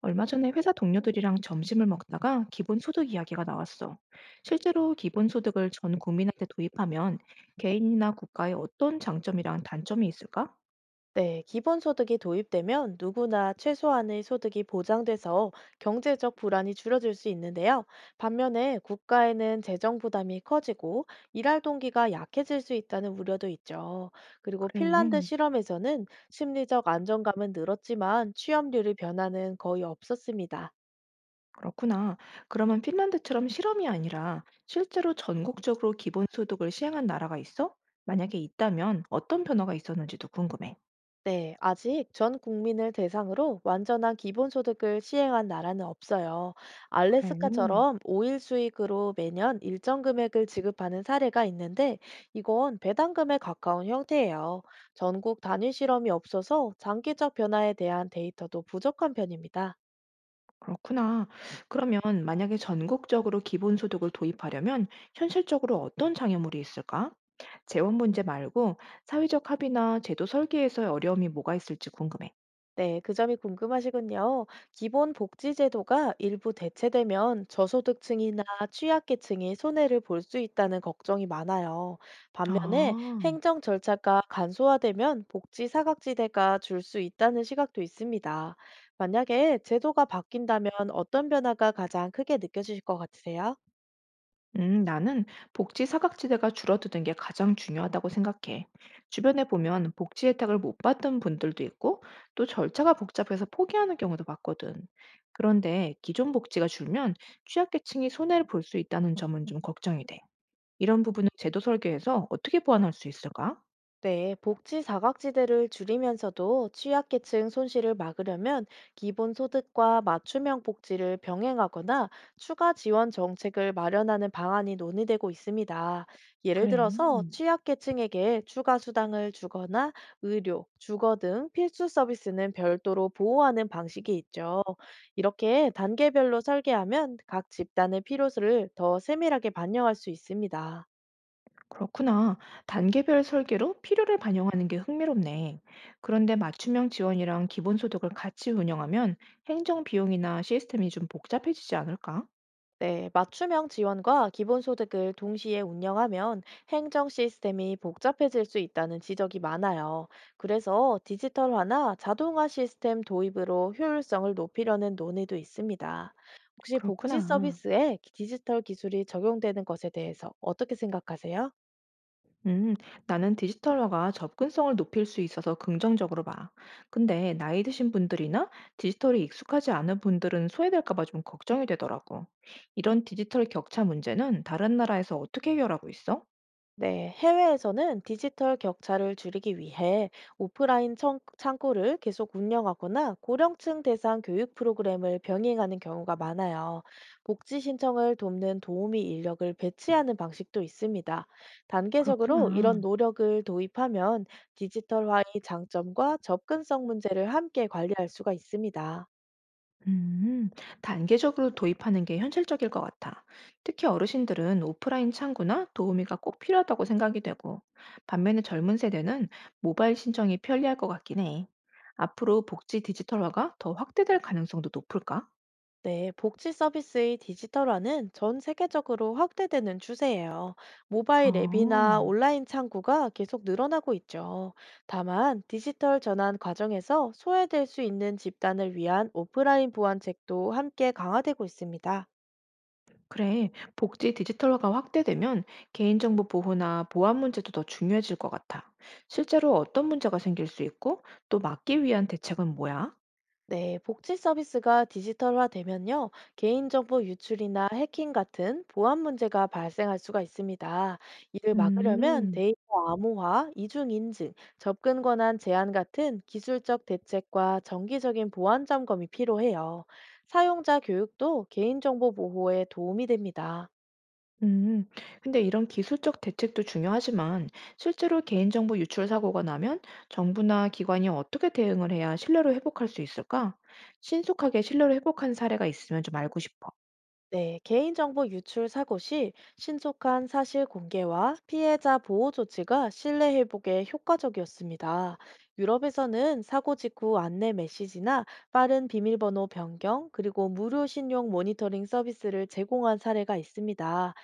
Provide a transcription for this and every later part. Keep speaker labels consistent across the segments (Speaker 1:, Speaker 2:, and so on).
Speaker 1: 얼마 전에 회사 동료들이랑 점심을 먹다가 기본소득 이야기가 나왔어. 실제로 기본소득을 전 국민한테 도입하면 개인이나 국가의 어떤 장점이랑 단점이 있을까?
Speaker 2: 네, 기본소득이 도입되면 누구나 최소한의 소득이 보장돼서 경제적 불안이 줄어들 수 있는데요. 반면에 국가에는 재정 부담이 커지고 일할 동기가 약해질 수 있다는 우려도 있죠. 그리고 핀란드
Speaker 1: 그래.
Speaker 2: 실험에서는 심리적 안정감은 늘었지만 취업률의 변화는 거의 없었습니다.
Speaker 1: 그렇구나. 그러면 핀란드처럼 실험이 아니라 실제로 전국적으로 기본소득을 시행한 나라가 있어? 만약에 있다면 어떤 변화가 있었는지도 궁금해.
Speaker 2: 네, 아직 전 국민을 대상으로 완전한 기본소득을 시행한 나라는 없어요.
Speaker 1: 그래.
Speaker 2: 알래스카처럼 5일 수익으로 매년 일정 금액을 지급하는 사례가 있는데 이건 배당금에 가까운 형태예요. 전국 단위 실험이 없어서 장기적 변화에 대한 데이터도 부족한 편입니다.
Speaker 1: 그렇구나. 그러면 만약에 전국적으로 기본소득을 도입하려면 현실적으로 어떤 장애물이 있을까? 재원 문제 말고 사회적 합의나 제도 설계에서의 어려움이 뭐가 있을지 궁금해.
Speaker 2: 네, 그 점이 궁금하시군요. 기본 복지 제도가 일부 대체되면 저소득층이나 취약계층이 손해를 볼 수 있다는 걱정이 많아요. 반면에
Speaker 1: 아,
Speaker 2: 행정 절차가 간소화되면 복지 사각지대가 줄 수 있다는 시각도 있습니다. 만약에 제도가 바뀐다면 어떤 변화가 가장 크게 느껴지실 것 같으세요?
Speaker 1: 나는 복지 사각지대가 줄어드는 게 가장 중요하다고 생각해. 주변에 보면 복지 혜택을 못 받던 분들도 있고, 또 절차가 복잡해서 포기하는 경우도 봤거든. 그런데 기존 복지가 줄면 취약계층이 손해를 볼 수 있다는 점은 좀 걱정이 돼. 이런 부분은 제도 설계에서 어떻게 보완할 수 있을까?
Speaker 2: 네, 복지 사각지대를 줄이면서도 취약계층 손실을 막으려면 기본소득과 맞춤형 복지를 병행하거나 추가 지원 정책을 마련하는 방안이 논의되고 있습니다. 예를
Speaker 1: 그래.
Speaker 2: 들어서 취약계층에게 추가 수당을 주거나 의료, 주거 등 필수 서비스는 별도로 보호하는 방식이 있죠. 이렇게 단계별로 설계하면 각 집단의 필요를 더 세밀하게 반영할 수 있습니다.
Speaker 1: 그렇구나. 단계별 설계로 필요를 반영하는 게 흥미롭네. 그런데 맞춤형 지원이랑 기본소득을 같이 운영하면 행정 비용이나 시스템이 좀 복잡해지지 않을까?
Speaker 2: 네, 맞춤형 지원과 기본소득을 동시에 운영하면 행정 시스템이 복잡해질 수 있다는 지적이 많아요. 그래서 디지털화나 자동화 시스템 도입으로 효율성을 높이려는 논의도 있습니다. 혹시 복지
Speaker 1: 그렇구나.
Speaker 2: 서비스에 디지털 기술이 적용되는 것에 대해서 어떻게 생각하세요?
Speaker 1: 음, 나는 디지털화가 접근성을 높일 수 있어서 긍정적으로 봐. 근데 나이 드신 분들이나 디지털이 익숙하지 않은 분들은 소외될까 봐 좀 걱정이 되더라고. 이런 디지털 격차 문제는 다른 나라에서 어떻게 해결하고 있어?
Speaker 2: 네, 해외에서는 디지털 격차를 줄이기 위해 오프라인 창구를 계속 운영하거나 고령층 대상 교육 프로그램을 병행하는 경우가 많아요. 복지 신청을 돕는 도우미 인력을 배치하는 방식도 있습니다. 단계적으로 이런
Speaker 1: 그렇구나.
Speaker 2: 노력을 도입하면 디지털화의 장점과 접근성 문제를 함께 관리할 수가 있습니다.
Speaker 1: 음, 단계적으로 도입하는 게 현실적일 것 같아. 특히 어르신들은 오프라인 창구나 도우미가 꼭 필요하다고 생각이 되고, 반면에 젊은 세대는 모바일 신청이 편리할 것 같긴 해. 앞으로 복지 디지털화가 더 확대될 가능성도 높을까?
Speaker 2: 네, 복지 서비스의 디지털화는 전 세계적으로 확대되는 추세예요. 모바일
Speaker 1: 어,
Speaker 2: 앱이나 온라인 창구가 계속 늘어나고 있죠. 다만, 디지털 전환 과정에서 소외될 수 있는 집단을 위한 오프라인 보완책도 함께 강화되고 있습니다.
Speaker 1: 그래. 복지 디지털화가 확대되면 개인정보 보호나 보안 문제도 더 중요해질 것 같아. 실제로 어떤 문제가 생길 수 있고, 또 막기 위한 대책은 뭐야?
Speaker 2: 네, 복지 서비스가 디지털화되면요, 개인정보 유출이나 해킹 같은 보안 문제가 발생할 수가 있습니다. 이를 막으려면
Speaker 1: 음.
Speaker 2: 데이터 암호화, 이중 인증, 접근 권한 제한 같은 기술적 대책과 정기적인 보안 점검이 필요해요. 사용자 교육도 개인정보 보호에 도움이 됩니다.
Speaker 1: 음, 근데 이런 기술적 대책도 중요하지만 실제로 개인정보 유출 사고가 나면 정부나 기관이 어떻게 대응을 해야 신뢰를 회복할 수 있을까? 신속하게 신뢰를 회복한 사례가 있으면 좀 알고 싶어.
Speaker 2: 네, 개인정보 유출 사고 시 신속한 사실 공개와 피해자 보호 조치가 신뢰 회복에 효과적이었습니다. 유럽에서는 사고 직후 안내 메시지나 빠른 비밀번호 변경, 그리고 무료 신용 모니터링 서비스를 제공한 사례가 있습니다.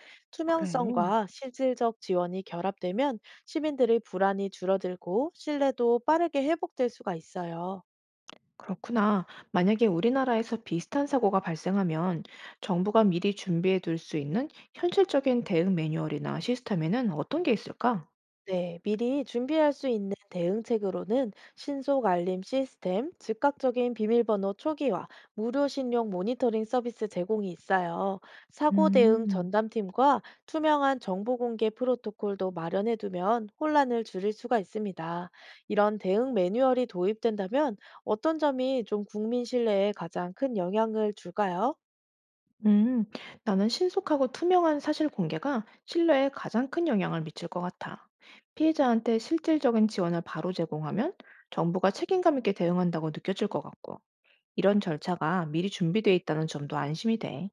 Speaker 1: 그래.
Speaker 2: 투명성과 실질적 지원이 결합되면 시민들의 불안이 줄어들고 신뢰도 빠르게 회복될 수가 있어요.
Speaker 1: 그렇구나. 만약에 우리나라에서 비슷한 사고가 발생하면 정부가 미리 준비해 둘 수 있는 현실적인 대응 매뉴얼이나 시스템에는 어떤 게 있을까?
Speaker 2: 네, 미리 준비할 수 있는 대응책으로는 신속 알림 시스템, 즉각적인 비밀번호 초기화, 무료 신용 모니터링 서비스 제공이 있어요. 사고 대응
Speaker 1: 음.
Speaker 2: 전담팀과 투명한 정보 공개 프로토콜도 마련해 두면 혼란을 줄일 수가 있습니다. 이런 대응 매뉴얼이 도입된다면 어떤 점이 좀 국민 신뢰에 가장 큰 영향을 줄까요?
Speaker 1: 음, 나는 신속하고 투명한 사실 공개가 신뢰에 가장 큰 영향을 미칠 것 같아. 피해자한테 실질적인 지원을 바로 제공하면 정부가 책임감 있게 대응한다고 느껴질 것 같고, 이런 절차가 미리 준비되어 있다는 점도 안심이 돼.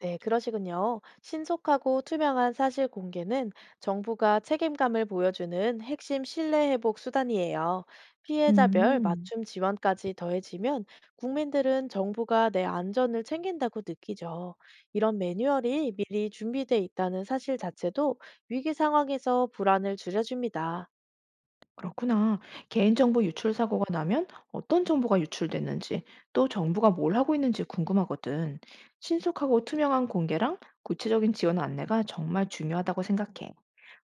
Speaker 2: 네, 그러시군요. 신속하고 투명한 사실 공개는 정부가 책임감을 보여주는 핵심 신뢰 회복 수단이에요. 피해자별
Speaker 1: 음,
Speaker 2: 맞춤 지원까지 더해지면 국민들은 정부가 내 안전을 챙긴다고 느끼죠. 이런 매뉴얼이 미리 준비돼 있다는 사실 자체도 위기 상황에서 불안을 줄여줍니다.
Speaker 1: 그렇구나. 개인정보 유출 사고가 나면 어떤 정보가 유출됐는지, 또 정부가 뭘 하고 있는지 궁금하거든. 신속하고 투명한 공개랑 구체적인 지원 안내가 정말 중요하다고 생각해.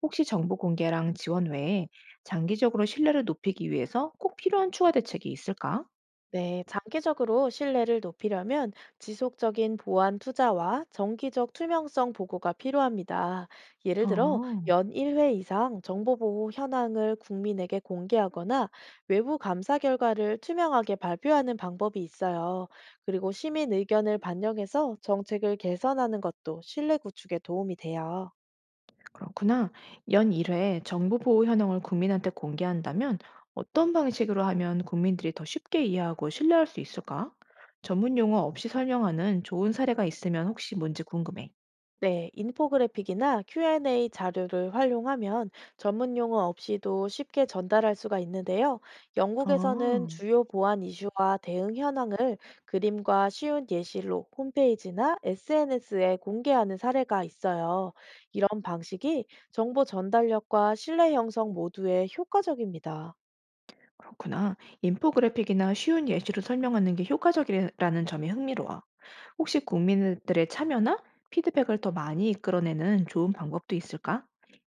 Speaker 1: 혹시 정보 공개랑 지원 외에 장기적으로 신뢰를 높이기 위해서 꼭 필요한 추가 대책이 있을까?
Speaker 2: 네, 장기적으로 신뢰를 높이려면 지속적인 보안 투자와 정기적 투명성 보고가 필요합니다. 예를 들어,
Speaker 1: 아,
Speaker 2: 연 1회 이상 정보보호 현황을 국민에게 공개하거나 외부 감사 결과를 투명하게 발표하는 방법이 있어요. 그리고 시민 의견을 반영해서 정책을 개선하는 것도 신뢰 구축에 도움이 돼요.
Speaker 1: 그렇구나. 연 1회 정보 보호 현황을 국민한테 공개한다면 어떤 방식으로 하면 국민들이 더 쉽게 이해하고 신뢰할 수 있을까? 전문 용어 없이 설명하는 좋은 사례가 있으면 혹시 뭔지 궁금해.
Speaker 2: 네, 인포그래픽이나 Q&A 자료를 활용하면 전문 용어 없이도 쉽게 전달할 수가 있는데요. 영국에서는
Speaker 1: 아.
Speaker 2: 주요 보안 이슈와 대응 현황을 그림과 쉬운 예시로 홈페이지나 SNS에 공개하는 사례가 있어요. 이런 방식이 정보 전달력과 신뢰 형성 모두에 효과적입니다.
Speaker 1: 그렇구나. 인포그래픽이나 쉬운 예시로 설명하는 게 효과적이라는 점이 흥미로워. 혹시 국민들의 참여나 피드백을 더 많이 이끌어내는 좋은 방법도 있을까?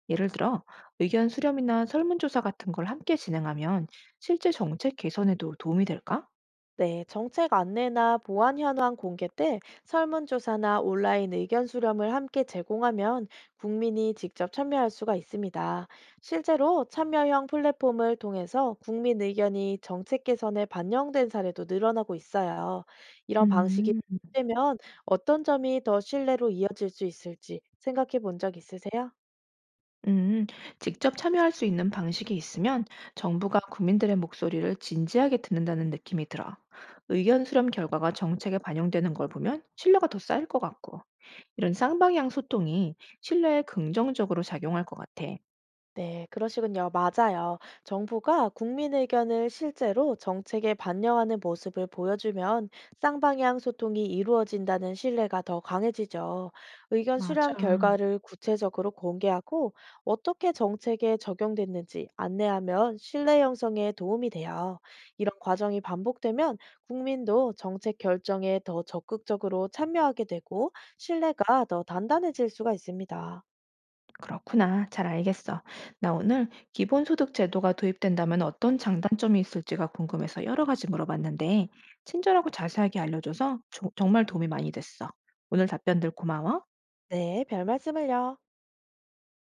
Speaker 1: 예를 들어, 의견 수렴이나 설문조사 같은 걸 함께 진행하면 실제 정책 개선에도 도움이 될까?
Speaker 2: 네, 정책 안내나 보안 현황 공개 때 설문조사나 온라인 의견 수렴을 함께 제공하면 국민이 직접 참여할 수가 있습니다. 실제로 참여형 플랫폼을 통해서 국민 의견이 정책 개선에 반영된 사례도 늘어나고 있어요. 이런 방식이
Speaker 1: 음,
Speaker 2: 되면 어떤 점이 더 신뢰로 이어질 수 있을지 생각해 본 적 있으세요?
Speaker 1: 음, 직접 참여할 수 있는 방식이 있으면 정부가 국민들의 목소리를 진지하게 듣는다는 느낌이 들어. 의견 수렴 결과가 정책에 반영되는 걸 보면 신뢰가 더 쌓일 것 같고. 이런 쌍방향 소통이 신뢰에 긍정적으로 작용할 것 같아.
Speaker 2: 네, 그러시군요. 맞아요. 정부가 국민 의견을 실제로 정책에 반영하는 모습을 보여주면 쌍방향 소통이 이루어진다는 신뢰가 더 강해지죠. 의견
Speaker 1: 맞아.
Speaker 2: 수렴 결과를 구체적으로 공개하고 어떻게 정책에 적용됐는지 안내하면 신뢰 형성에 도움이 돼요. 이런 과정이 반복되면 국민도 정책 결정에 더 적극적으로 참여하게 되고 신뢰가 더 단단해질 수가 있습니다.
Speaker 1: 그렇구나. 잘 알겠어. 나 오늘 기본소득 제도가 도입된다면 어떤 장단점이 있을지가 궁금해서 여러 가지 물어봤는데, 친절하고 자세하게 알려줘서 정말 도움이 많이 됐어. 오늘 답변들 고마워.
Speaker 2: 네, 별 말씀을요.